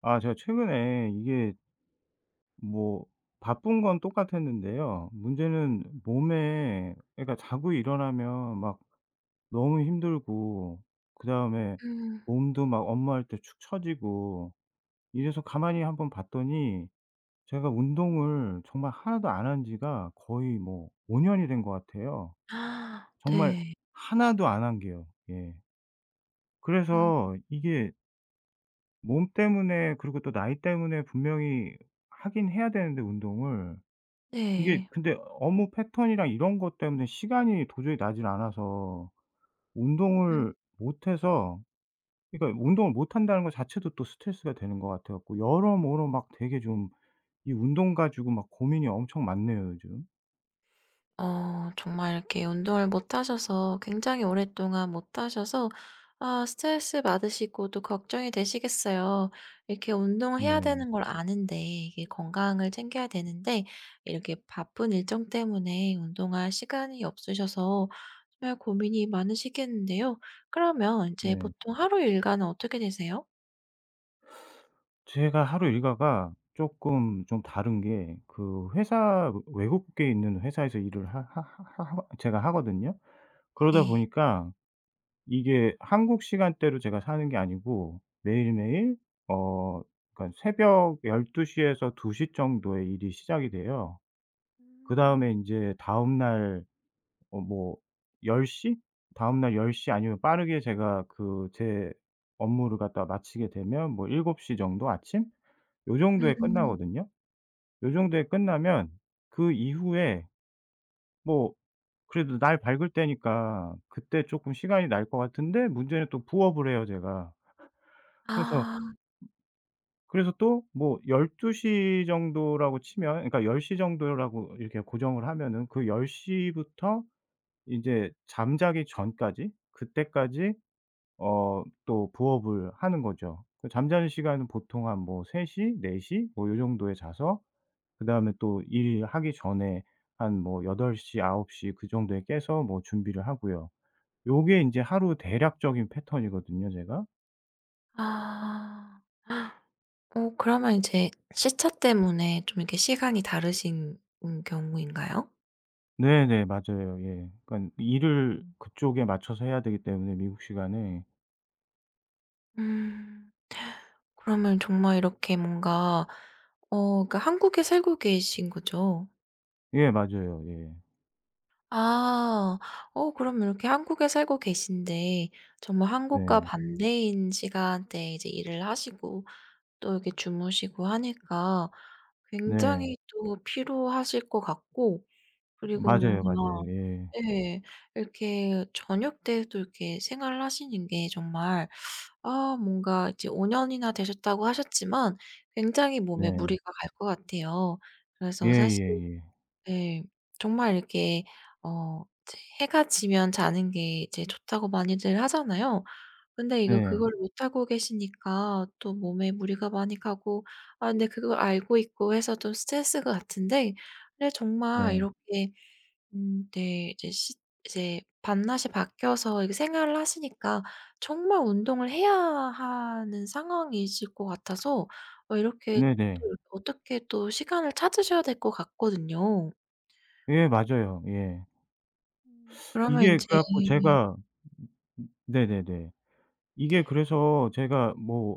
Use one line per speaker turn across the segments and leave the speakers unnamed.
아 제가 최근에 이게 뭐 바쁜 건 똑같았는데요. 문제는 몸에 그러니까 자고 일어나면 막 너무 힘들고 그다음에
음.
몸도 막 업무할 때 축 처지고 이래서 가만히 한번 봤더니 제가 운동을 정말 하나도 안 한 지가 거의 뭐 5 년이 된 것 같아요.
아
정말
네.
하나도 안 한 게요. 예.
어
그래서 이게 몸 때문에 그리고 또 나이 때문에 분명히 하긴 해야 되는데 운동을 이게
네.
근데 업무 패턴이랑 이런 것 때문에 시간이 도저히 나질 않아서
음.
운동을 못 해서 그러니까 운동을 못 한다는 거 자체도 또 스트레스가 되는 것 같아 갖고 여러모로 막 되게 좀 이 운동 가지고 막 고민이 엄청 많네요, 요즘.
정말 이렇게 운동을 못 하셔서 굉장히 오랫동안 못 하셔서 스트레스 받으시고 또 걱정이 되시겠어요. 이렇게 운동해야 을
네.
되는 걸 아는데 이게 건강을 챙겨야 되는데 이렇게 바쁜 일정 때문에 운동할 시간이 없으셔서 정말 고민이 많으시겠는데요. 그러면 인제
네.
보통 하루 일과는 어떻게 되세요?
제가 하루 일과가 쪼끔 좀 다른 게 그 회사 외국에 있는 회사에서 일을 하 하 하 하 제가 하거든요. 그러다
네.
보니까 이게 한국 시간대로 제가 사는 게 아니고 매일매일 어 그러니까 새벽 1 2시 에서 2시 정도에 일이 시작이 돼요.
음.
그다음에 인제 다음 날 뭐 1 0 다음 날1 0 아니면 빠르게 제가 그 제 업무를 갖다 마치게 되면 뭐7곱시 정도 아침? 요 정도에
음.
끝나거든요. 요 정도에 끝나면 그 이후에 뭐 그래도 날 밝을 때니까 그때 쪼끔 시간이 날 것 같은데 문제는 또 부업을 해요 제가. 그래서
아.
그래서 또 뭐 12시 정도라고 치면 그러니까 10시 정도라고 이렇게 고정을 하면은 그 10 시부터 인제 잠자기 전까지 그때까지 또 부업을 하는 거죠. 그 잠자는 시간은 보통 한 뭐 3 시, 4시 뭐 요 정도에 자서 그다음에 또 일하기 전에 한 뭐 8 시, 9시 그 정도에 깨서 뭐 준비를 하고요. 요게 인제 하루 대략적인 패턴이거든요 제가.
아. 그러면 이제 시차 때문에 좀 이렇게 시간이 다르신 경우인가요?
네네. 맞아요. 예. 그러니까 일을 그쪽에 맞춰서 해야 되기 때문에 미국 시간에.
음. 그러면 정말 이렇게 뭔가 그러니까 한국에 살고 계신 거죠?
예 맞아요. 예.
아. 그럼 이렇게 한국에 살고 계신데 정말 한국과
네.
반대인 시간대에 이제 일을 하시고 또 이렇게 주무시고 하니까
네.
굉장히 또 피로하실 것 같고 그리고
맞아요, 맞아요.
뭔가
예.
예. 이렇게 저녁 때도 이렇게 생활하시는 게 정말 뭔가 이제 5 년이나 되셨다고 하셨지만 굉장히 몸에
네.
무리가 갈 것 같아요. 그래서 사실
예예예.
예. 정말 이렇게 이제 해가 지면 자는 게 이제 좋다고 많이들 하잖아요. 근데 이거
네.
그걸 못하고 계시니까 또 몸에 무리가 많이 가고 근데 그걸 알고 있고 해서 좀 스트레스 같은데 근데 정말
네.
이렇게 네. 이제 시 이제 밤낮이 바뀌어서 이게 생활을 하시니까 정말 운동을 해야 하는 상황이실 것 같아서 이렇게 또
네네.
어떻게 또 시간을 찾으셔야 될 것 같거든요.
예
음
맞아요. 예.
그러면 이
이게
제
그래 갖고 제가 네네네. 이게 그래서 제가 뭐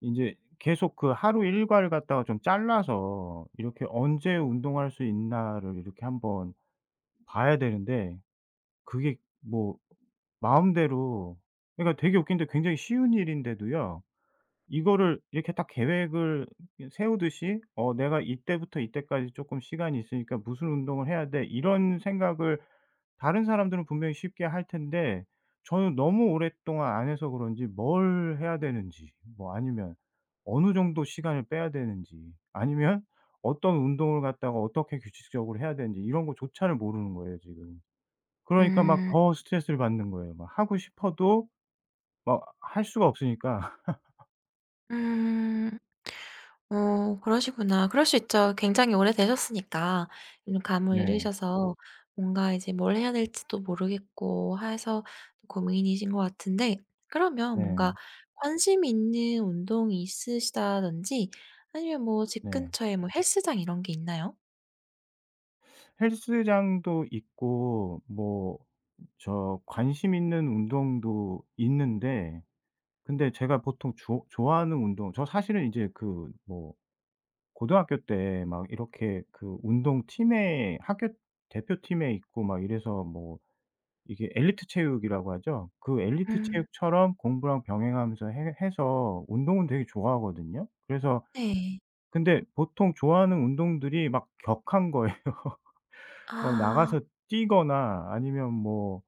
인제 계속 그 하루 일과를 갖다가 좀 잘라서 이렇게 '언제 운동할 수 있나.'를 이렇게 한번 봐야 되는데 그게 뭐 마음대로 그러니까 되게 웃긴 게 굉장히 쉬운 일인데도요. 이거를 이렇게 딱 계획을 세우듯이 '어 내가 이때부터 이때까지 쪼끔 시간이 있으니까 무슨 운동을 해야 돼.' 이런 생각을 다른 사람들은 분명히 쉽게 할 텐데 저는 너무 오랫동안 안 해서 그런지 뭘 해야 되는지 뭐 아니면 어느 정도 시간을 빼야 되는지 아니면 어떤 운동을 갖다가 어떻게 규칙적으로 해야 되는지 이런 거조차를 모르는 거예요 지금. 그러니까 막
음.
더 스트레스를 받는 거예요. 막 하고 싶어도 막 할 수가 없으니까.
음. 그러시구나. 그럴 수 있죠. 굉장히 오래되셨으니까 좀 감을
네.
잃으셔서 뭔가 이제 뭘 해야 될지도 모르겠고 해서 고민이신 것 같은데 그러면 뭔가
네.
관심 있는 운동이 있으시다든지 아니면 뭐 집
네.
근처에 뭐 헬스장 이런 게 있나요?
헬스장도 있고 뭐 저 관심 있는 운동도 있는데 근데 제가 보통 조 좋아하는 운동 저 사실은 이제 그 뭐 고등학교 때 막 이렇게 그 운동팀에 학교 대표팀에 있고 막 이래서 뭐 이게 엘리트 체육이라고 하죠. 그 엘리트
음
체육처럼 공부랑 병행하면서 해 해서 운동은 되게 좋아하거든요. 그래서
네.
근데 보통 좋아하는 운동들이 막 격한 거예요. 막
아
나가서 뛰거나 아니면 뭐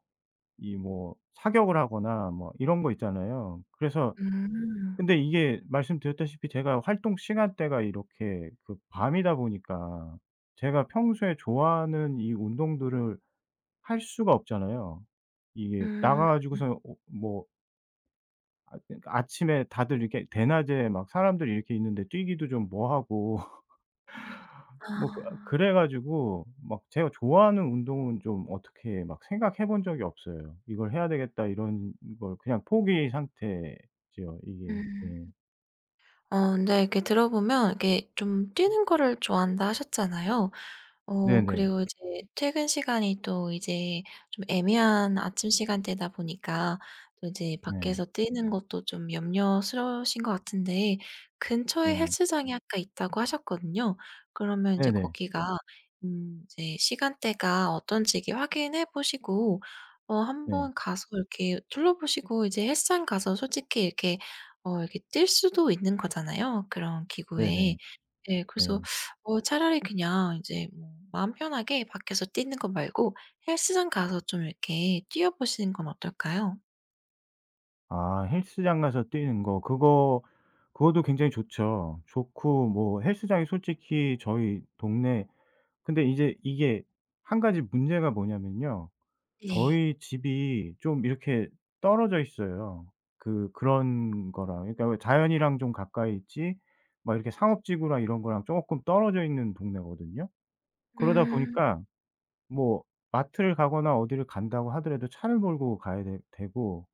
이 뭐 사격을 하거나 뭐 이런 거 있잖아요. 그래서
음.
근데 이게 말씀드렸다시피 제가 활동 시간대가 이렇게 그 밤이다 보니까 제가 평소에 좋아하는 이 운동들을 할 수가 없잖아요. 이게 나가
음.
가지고서 뭐 아침에 다들 이렇게 대낮에 막 사람들이 이렇게 있는데 뛰기도 좀 뭐하고
아
뭐 그 그래 가지고 막 제가 좋아하는 운동은 좀 어떻게 막 생각해 본 적이 없어요. '이걸 해야 되겠다.' 이런 걸 그냥 포기 상태죠 이게.
음.
예.
근데 이렇게 들어보면 이렇게 좀 뛰는 거를 좋아한다 하셨잖아요.
네네.
그리고 이제 퇴근 시간이 또 이제 좀 애매한 아침 시간대다 보니까 또 이제
네.
밖에서 뛰는 것도 좀 염려스러우신 것 같은데 근처에
네.
헬스장이 아까 있다고 하셨거든요. 그러면 이제
네네.
거기가 이제 시간대가 어떤지 이렇게 확인해 보시고
네.
한번 가서 이렇게 둘러보시고 이제 헬스장 가서 솔직히 이렇게 이렇게 뛸 수도 있는 거잖아요 그런 기구에.
네네.
예, 그래서
네.
차라리 그냥 이제 뭐 마음 편하게 밖에서 뛰는 거 말고 헬스장 가서 좀 이렇게 뛰어 보시는 건 어떨까요?
아 헬스장 가서 뛰는 거 그거 그것도 굉장히 좋죠. 좋고 뭐 헬스장이 솔직히 저희 동네 근데 이제 이게 한 가지 문제가 뭐냐면요.
네.
저희 집이 좀 이렇게 떨어져 있어요. 그 그런 거랑 그러니까 왜 자연이랑 좀 가까이 있지 막 이렇게 상업지구랑 이런 거랑 쪼끔 떨어져 있는 동네거든요. 그러다
음.
보니까 뭐 마트를 가거나 어디를 간다고 하더라도 차를 몰고 가야 되 되고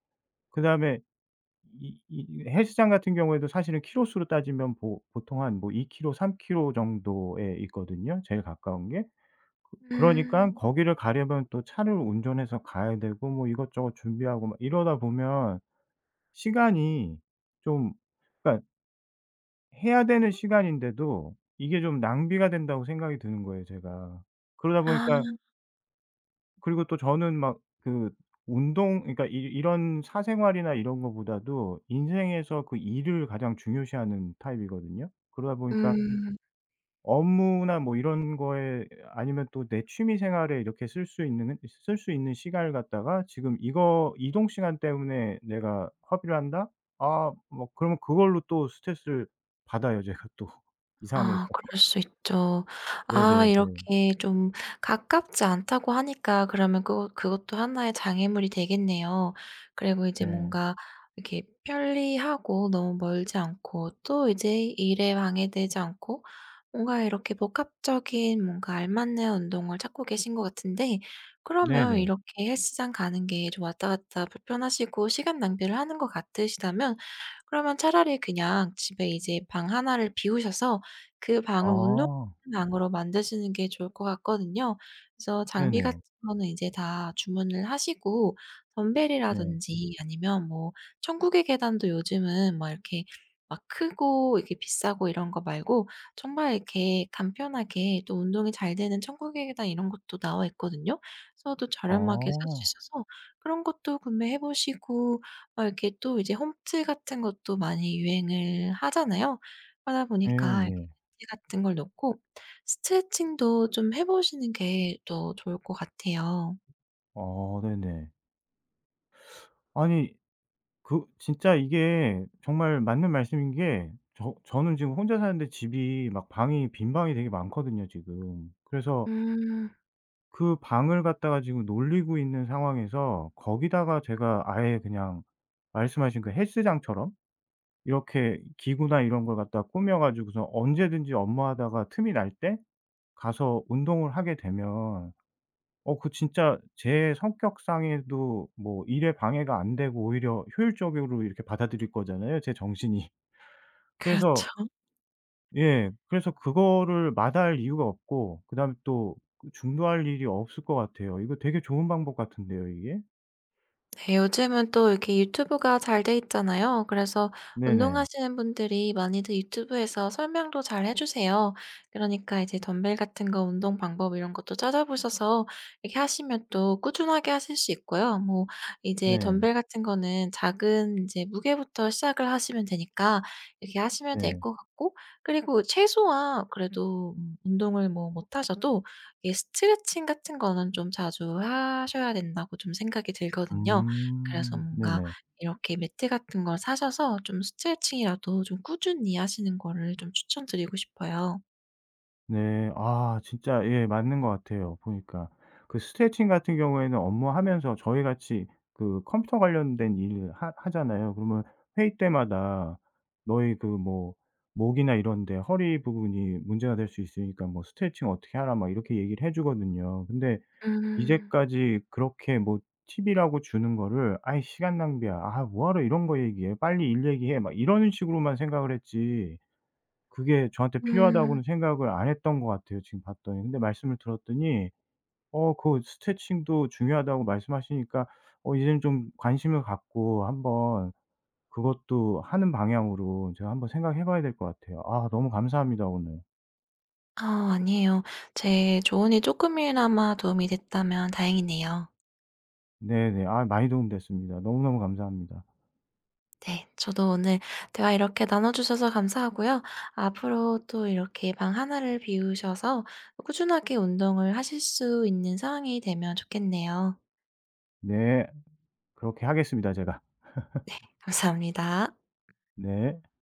그다음에 이 헬스장 같은 경우에도 사실은 키로수로 따지면 보 보통 한 뭐 2 키로 3 키로 정도에 있거든요 제일 가까운 게. 그러니
음.
까 거기를 가려면 또 차를 운전해서 가야 되고 뭐 이것저것 준비하고 막 이러다 보면 시간이 좀 그러니까 해야 되는 시간인데도 이게 좀 낭비가 된다고 생각이 드는 거예요 제가. 그러다
아.
보니까 그리고 또 저는 막 그 운동 그러니까 이 이런 사생활이나 이런 거보다도 인생에서 그 일을 가장 중요시하는 타입이거든요. 그러다 보니까
음.
업무나 뭐 이런 거에 아니면 또 내 취미 생활에 이렇게 쓸 수 있는 시간을 갖다가 지금 이거 '이동 시간 때문에 내가 허비를 한다.' 아 뭐 그러면 그걸로 또 스트레스를 받아요 제가 또 이상해서.
아 그럴 수 있죠.
네네네.
이렇게 좀 가깝지 않다고 하니까 그러면 그것 그것도 하나의 장애물이 되겠네요. 그리고 이제
네.
뭔가 이렇게 편리하고 너무 멀지 않고 또 이제 일에 방해되지 않고 뭔가 이렇게 복합적인 뭔가 알맞는 운동을 찾고 계신 것 같은데 그러면
네네.
이렇게 헬스장 가는 게 좀 왔다 갔다 불편하시고 시간 낭비를 하는 것 같으시다면 그러면 차라리 그냥 집에 이제 방 하나를 비우셔서 그 방을 운동하는
아.
방으로 만드시는 게 좋을 것 같거든요. 그래서 장비 같은
네네.
거는 이제 다 주문을 하시고
네.
덤벨이라든지 아니면 뭐 천국의 계단도 요즘은 뭐 이렇게 막 크고 이렇게 비싸고 이런 거 말고 정말 이렇게 간편하게 또 운동이 잘 되는 천국의 계단 이런 것도 나와 있거든요. 그래서 또 저렴하게 살 수
아.
있어서 그런 것도 구매해 보시고 이렇게 또 이제 홈트 같은 것도 많이 유행을 하잖아요. 하다 보니까 이렇게
예예.
벤치 같은 걸 놓고 스트레칭도 좀 해 보시는 게 더 좋을 것 같아요.
아 네네. 아니 그 진짜 이게 정말 맞는 말씀인 게 저는 지금 혼자 사는데 집이 막 방이 빈 방이 되게 많거든요 지금. 그래서
음
그 방을 갖다가 지금 놀리고 있는 상황에서 거기다가 제가 아예 그냥 말씀하신 그 헬스장처럼 이렇게 기구나 이런 걸 갖다가 꾸며 가지고서 언제든지 업무하다가 틈이 날 때 가서 운동을 하게 되면 그 진짜 제 성격상에도 뭐 일에 방해가 안 되고 오히려 효율적으로 이렇게 받아들일 거잖아요, 제 정신이. 그래서
그렇죠.
예. 그래서 그거를 마다할 이유가 없고 그다음에 또 그 중도할 일이 없을 것 같아요. 이거 되게 좋은 방법 같은데요, 이게?
네, 요즘은 또 이렇게 유튜브가 잘 돼 있잖아요. 그래서
네네.
운동하시는 분들이 많이들 유튜브에서 설명도 잘 해주세요. 그러니까 이제 덤벨 같은 거 운동 방법 이런 것도 찾아보셔서 이렇게 하시면 또 꾸준하게 하실 수 있고요. 뭐 이제
네.
덤벨 같은 거는 작은 이제 무게부터 시작을 하시면 되니까 이렇게 하시면 될
네.
것 같고, 그리고 최소한 그래도 운동을 뭐 못 하셔도 이게 스트레칭 같은 거는 좀 자주 하셔야 된다고 좀 생각이 들거든요. 그래서
음.
뭔가
네네.
이렇게 매트 같은 걸 사셔서 좀 스트레칭이라도 좀 꾸준히 하시는 거를 좀 추천드리고 싶어요.
네. 아 진짜 예 맞는 것 같아요 보니까. 그 스트레칭 같은 경우에는 업무하면서 저희 같이 그 컴퓨터 관련된 일을 하 하잖아요. 그러면 회의 때마다 너희 그 뭐 목이나 이런 데 허리 부분이 문제가 될 수 있으니까 뭐 "스트레칭 어떻게 하라." 막 이렇게 얘기를 해 주거든요. 근데
음.
이제까지 그렇게 뭐 팁이라고 주는 거를 '아이 시간 낭비야. 아 뭐하러 이런 거 얘기해. 빨리 일 얘기해.' 막 이런 식으로만 생각을 했지 그게 저한테
음.
필요하다고는 생각을 안 했던 것 같아요 지금 봤더니. 근데 말씀을 들었더니 그 스트레칭도 중요하다고 말씀하시니까 이제는 좀 관심을 갖고 한번 그것도 하는 방향으로 제가 한번 생각해 봐야 될 것 같아요. 아 너무 감사합니다 오늘.
아 아니에요. 제 조언이 조금이나마 도움이 됐다면 다행이네요.
네네. 아 많이 도움됐습니다. 너무너무 감사합니다.
네. 저도 오늘 대화 이렇게 나눠 주셔서 감사하고요. 앞으로 또 이렇게 방 하나를 비우셔서 꾸준하게 운동을 하실 수 있는 상황이 되면 좋겠네요.
네. 그렇게 하겠습니다 제가.
감사합니다.
네.